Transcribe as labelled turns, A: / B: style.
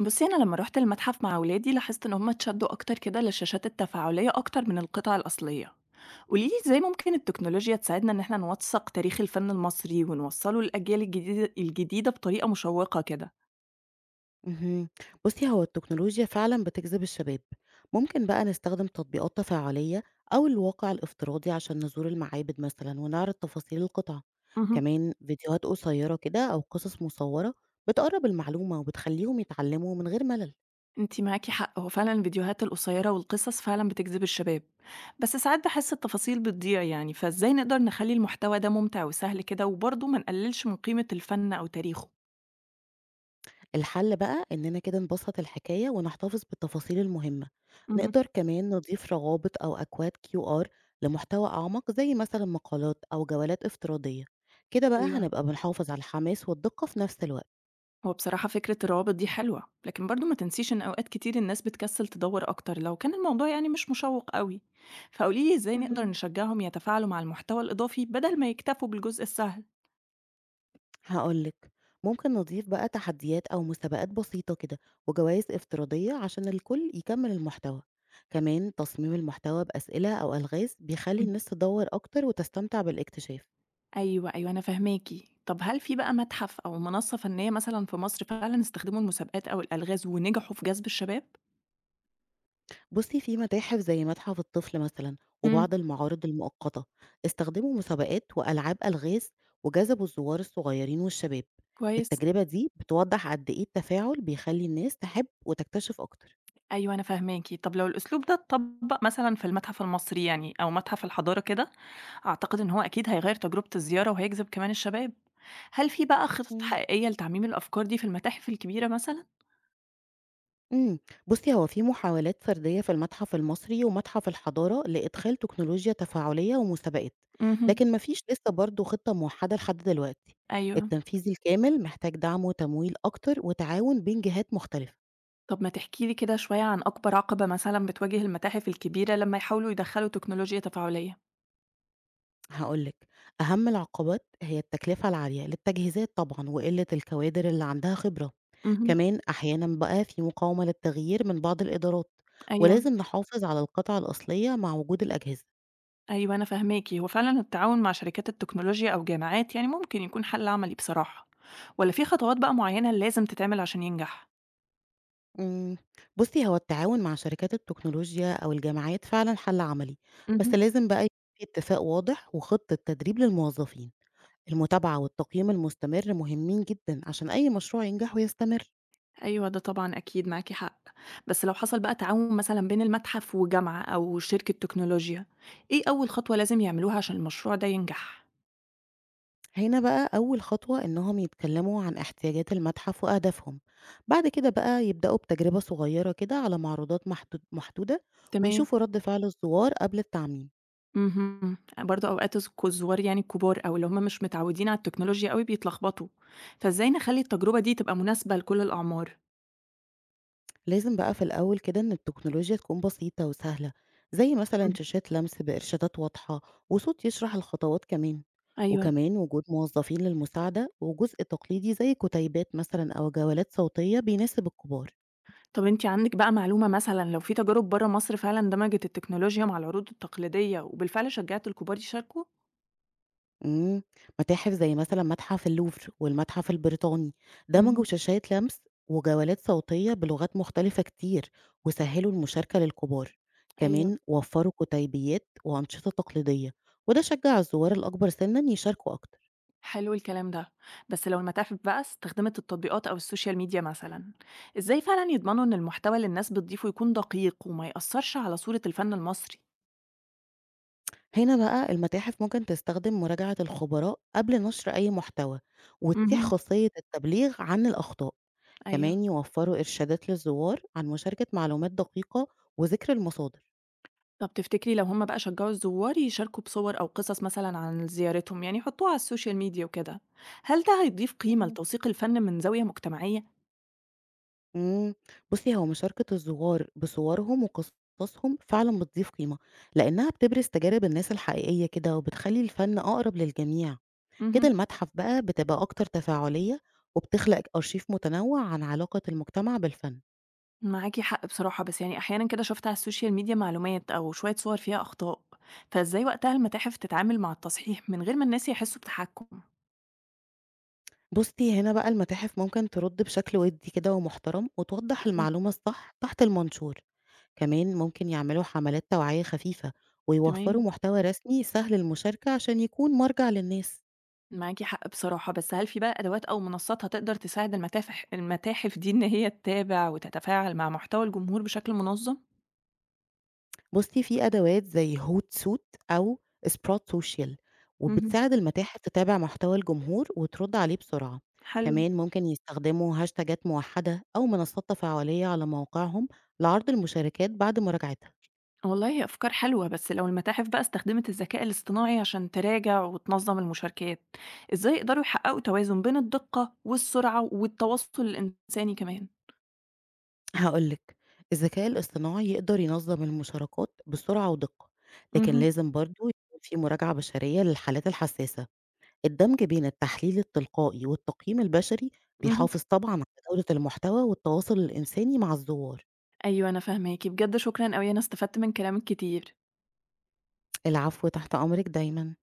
A: بُصّي، أنا لمّا رُحت المتحف مع ولادي لاحظت إن هُم اتشدّوا أكتر كده للشاشات التفاعلية أكتر من القطع الأصلية. قولي لي إزاي ممكن التكنولوجيا تساعدنا إن إحنا نوثّق تاريخ الفن المصري ونوصّله للأجيال الجديدة بطريقة مشوّقة كده؟
B: اهم. بُصّي، هو التكنولوجيا فعلًا بتجذب الشباب، ممكن بقى نستخدم تطبيقات تفاعلية أو الواقع الافتراضي عشان نزور المعابد مثلًا ونعرض تفاصيل القطع،
A: اهم.
B: كمان فيديوهات قصيرة كده أو قصص مصورة بتقرّب المعلومة وبتخلّيهم يتعلموا من غير ملل.
A: أنتِ معاكِ حق، هو فعلًا الفيديوهات القصيرة والقصص فعلًا بتجذب الشباب، بس ساعات باحس التفاصيل بتضيع يعني، فإزاي نقدر نخلّي المحتوى ده ممتع وسهل كده وبرضه ما نقلّلش من قيمة الفن أو تاريخه؟
B: الحل بقى إننا كده نبسط الحكاية ونحتفظ بالتفاصيل المهمة.
A: اهم.
B: نقدر كمان نضيف روابط أو أكواد QR لمحتوى أعمق زي مثلا مقالات أو جولات افتراضية. كده بقى
A: أيوه.
B: هنبقى بنحافظ على الحماس والدقة في نفس الوقت.
A: هو بصراحة فكرة الروابط دي حلوة لكن برضو ما تنسيش إن أوقات كتير الناس بتكسل تدور أكتر لو كان الموضوع يعني مش مشوق قوي، فقوليلي إزاي نقدر
B: مهم.
A: نشجعهم يتفاعلوا مع المحتوى الإضافي بدل ما يكتفوا بالجزء السهل.
B: هقولك، ممكن نضيف بقى تحديات أو مسابقات بسيطة كده وجوائز افتراضية عشان الكل يكمل المحتوى. كمان تصميم المحتوى بأسئلة أو ألغاز بيخلي
A: مهم.
B: الناس تدور أكتر وتستمتع بالاكتشاف.
A: أيوة، أيوة، أنا فهماكي. طب هل في بقى متحف أو منصة فنية مثلا في مصر فعلا استخدموا المسابقات أو الألغاز ونجحوا في جذب الشباب؟
B: بُصّي، في متاحف زي متحف الطفل مثلًا وبعض
A: مم.
B: المعارض المؤقتة، استخدموا مسابقات وألعاب ألغاز وجذبوا الزوار الصغيرين والشباب.
A: كويس.
B: التجربة دي بتوضّح قد إيه التفاعل بيخلّي الناس تحب وتكتشف أكتر.
A: أيوة أنا فهماكي. طب لو الأسلوب ده اتطبق مثلا في المتحف المصري يعني أو متحف الحضارة كده، أعتقد إن هو أكيد هيغير تجربة الزيارة وهيجذب كمان الشباب. هل في بقى خطط
B: إمم.
A: حقيقية لتعميم الأفكار دي في المتاحف الكبيرة مثلًا؟
B: إمم. بُصّي، هو في محاولات فردية في المتحف المصري ومتحف الحضارة لإدخال تكنولوجيا تفاعلية ومسابقات،
A: اهم،
B: لكن ما فيش لسه برضه خطة موحّدة لحد دلوقتي.
A: أيوه.
B: التنفيذ الكامل محتاج دعم وتمويل أكتر وتعاون بين جهات مختلفة.
A: طب ما تحكي لي كده شوية عن أكبر عقبة مثلًا بتواجه المتاحف الكبيرة لمّا يحاولوا يدخّلوا تكنولوجيا تفاعلية؟
B: هاقول لِك، أهم العقبات هي التكلفة العالية للتجهيزات طبعًا وقلة الكوادر اللي عندها خبرة،
A: اهم،
B: كمان أحيانًا بقى في مقاومة للتغيير من بعض الإدارات،
A: أيوه،
B: ولازم نحافظ على القطع الأصلية مع وجود الأجهزة.
A: أيوه أنا فاهماكِ. هو فعلًا التعاون مع شركات التكنولوجيا أو جامعات يعني ممكن يكون حل عملي بصراحة، والّا في خطوات بقى معينة لازم تتعمل عشان ينجح؟
B: إمم، بُصّي، هو التعاون مع شركات التكنولوجيا أو الجامعات فعلًا حل عملي، بس
A: اهم.
B: لازم بقى يكون في اتفاق واضح وخطة تدريب للموظفين. المتابعة والتقييم المستمر مهمين جدًا عشان أي مشروع ينجح ويستمر.
A: أيوه، ده طبعًا أكيد معاكِ حق، بس لو حصل بقى تعاون مثلًا بين المتحف وجامعة أو شركة تكنولوجيا، إيه أول خطوة لازم يعملوها عشان المشروع ده ينجح؟
B: هنا بقى أول خطوة إنهم يتكلموا عن احتياجات المتحف وأهدافهم. بعد كده بقى يبدأوا بتجربة صغيرة كده على معروضات محدودة
A: تمام،
B: ويشوفوا رد فعل الزوار قبل التعميم.
A: اهم، برضه أوقات الزوار يعني الكبار أو اللي هُم مش متعودين على التكنولوجيا أوي بيتلخبطوا، فإزاي نخلّي التجربة دي تبقى مناسبة لكل الأعمار؟
B: لازم بقى في الأول كده إن التكنولوجيا تكون بسيطة وسهلة، زي مثلا
A: إمم.
B: شاشات لمس بإرشادات واضحة وصوت يشرح الخطوات، كمان
A: أيوه،
B: وكمان وجود موظفين للمساعدة وجزء تقليدي زي كتيبات مثلا أو جولات صوتية بيناسب الكبار.
A: طب أنتِ عندِك بقى معلومة مثلًا لو في تجارب برّه مصر فعلًا دمجت التكنولوجيا مع العروض التقليدية وبالفعل شجّعت الكبار يشاركوا؟
B: إمم، متاحف زي مثلًا متحف اللوفر والمتحف البريطاني دمجوا
A: اهم،
B: شاشات لمس وجولات صوتية بلغات مختلفة كتير، وسهّلوا المشاركة للكبار،
A: أيوه.
B: كمان وفّروا كتيبيات وأنشطة تقليدية، وده شجّع الزوار الأكبر سنًا يشاركوا أكتر.
A: حلو الكلام ده. بس لو المتاحف بقى استخدمت التطبيقات أو السوشيال ميديا مثلا، إزاي فعلا يضمنوا إن المحتوى اللي الناس بتضيفه يكون دقيق وما يأثرش على صورة الفن المصري؟
B: هنا بقى المتاحف ممكن تستخدم مراجعة الخبراء قبل نشر أي محتوى، وتتيح
A: مهم.
B: خاصية التبليغ عن الأخطاء،
A: أيوه.
B: كمان يوفّروا إرشادات للزوار عن مشاركة معلومات دقيقة وذكر المصادر.
A: طب تفتكري لو هما بقى شجعوا الزوار يشاركوا بصور أو قصص مثلا عن زيارتهم، يعني يحطوها على السوشيال ميديا وكده، هل ده هيضيف قيمة
B: إمم.
A: لتوثيق الفن من زاوية مجتمعية؟
B: إمم، بُصّي، هو مشاركة الزوار بصورهم وقصصهم فعلًا بتضيف قيمة، لإنها بتبرز تجارب الناس الحقيقية كده، وبتخلّي الفن أقرب للجميع، كده
A: مهم.
B: المتحف بقى بتبقى أكتر تفاعلية، وبتخلق أرشيف متنوع عن علاقة المجتمع بالفن.
A: معاكي حق بصراحة، بس يعني أحيانا كده شفت على السوشيال ميديا معلومات أو شوية صور فيها أخطاء، فإزاي وقتها المتاحف تتعامل مع التصحيح من غير ما الناس يحسوا بتحكم؟
B: بُصّي، هنا بقى المتاحف ممكن ترد بشكل ودي كده ومحترم، وتوضح
A: مم.
B: المعلومة الصح تحت المنشور، كمان ممكن يعملوا حملات توعية خفيفة، ويوفروا
A: تمام.
B: محتوى رسمي سهل المشاركة عشان يكون مرجع للناس.
A: معاكي حق بصراحة، بس هل في بقى أدوات أو منصات هتقدر تساعد المتاحف دي إن هي تتابع وتتفاعل مع محتوى الجمهور بشكل منظم؟
B: بُصّي، في أدوات زي hootsuite أو sprout social
A: مهم.
B: وبتساعد المتاحف تتابع محتوى الجمهور وترد عليه بسرعة،
A: حلو.
B: كمان ممكن يستخدموا هاشتاجات موحدة أو منصات تفاعلية على مواقعهم لعرض المشاركات بعد مراجعتها.
A: والله هي أفكار حلوة، بس لو المتاحف بقى استخدمت الذكاء الاصطناعي عشان تراجع وتنظم المشاركات، إزاي يقدروا يحققوا توازن بين الدقة والسرعة والتواصل الإنساني كمان؟
B: هاقول لك، الذكاء الاصطناعي يقدر ينظم المشاركات بسرعة ودقة، لكن
A: مهم.
B: لازم برضه يكون في مراجعة بشرية للحالات الحساسة. الدمج بين التحليل التلقائي والتقييم البشري
A: مهم.
B: بيحافظ طبعًا على جودة المحتوى والتواصل الإنساني مع الزوار.
A: أيوة أنا فاهماكي بجد، شكرا أوي، أنا استفدت من كلامك كتير.
B: العفو، تحت أمرِك دايمًا.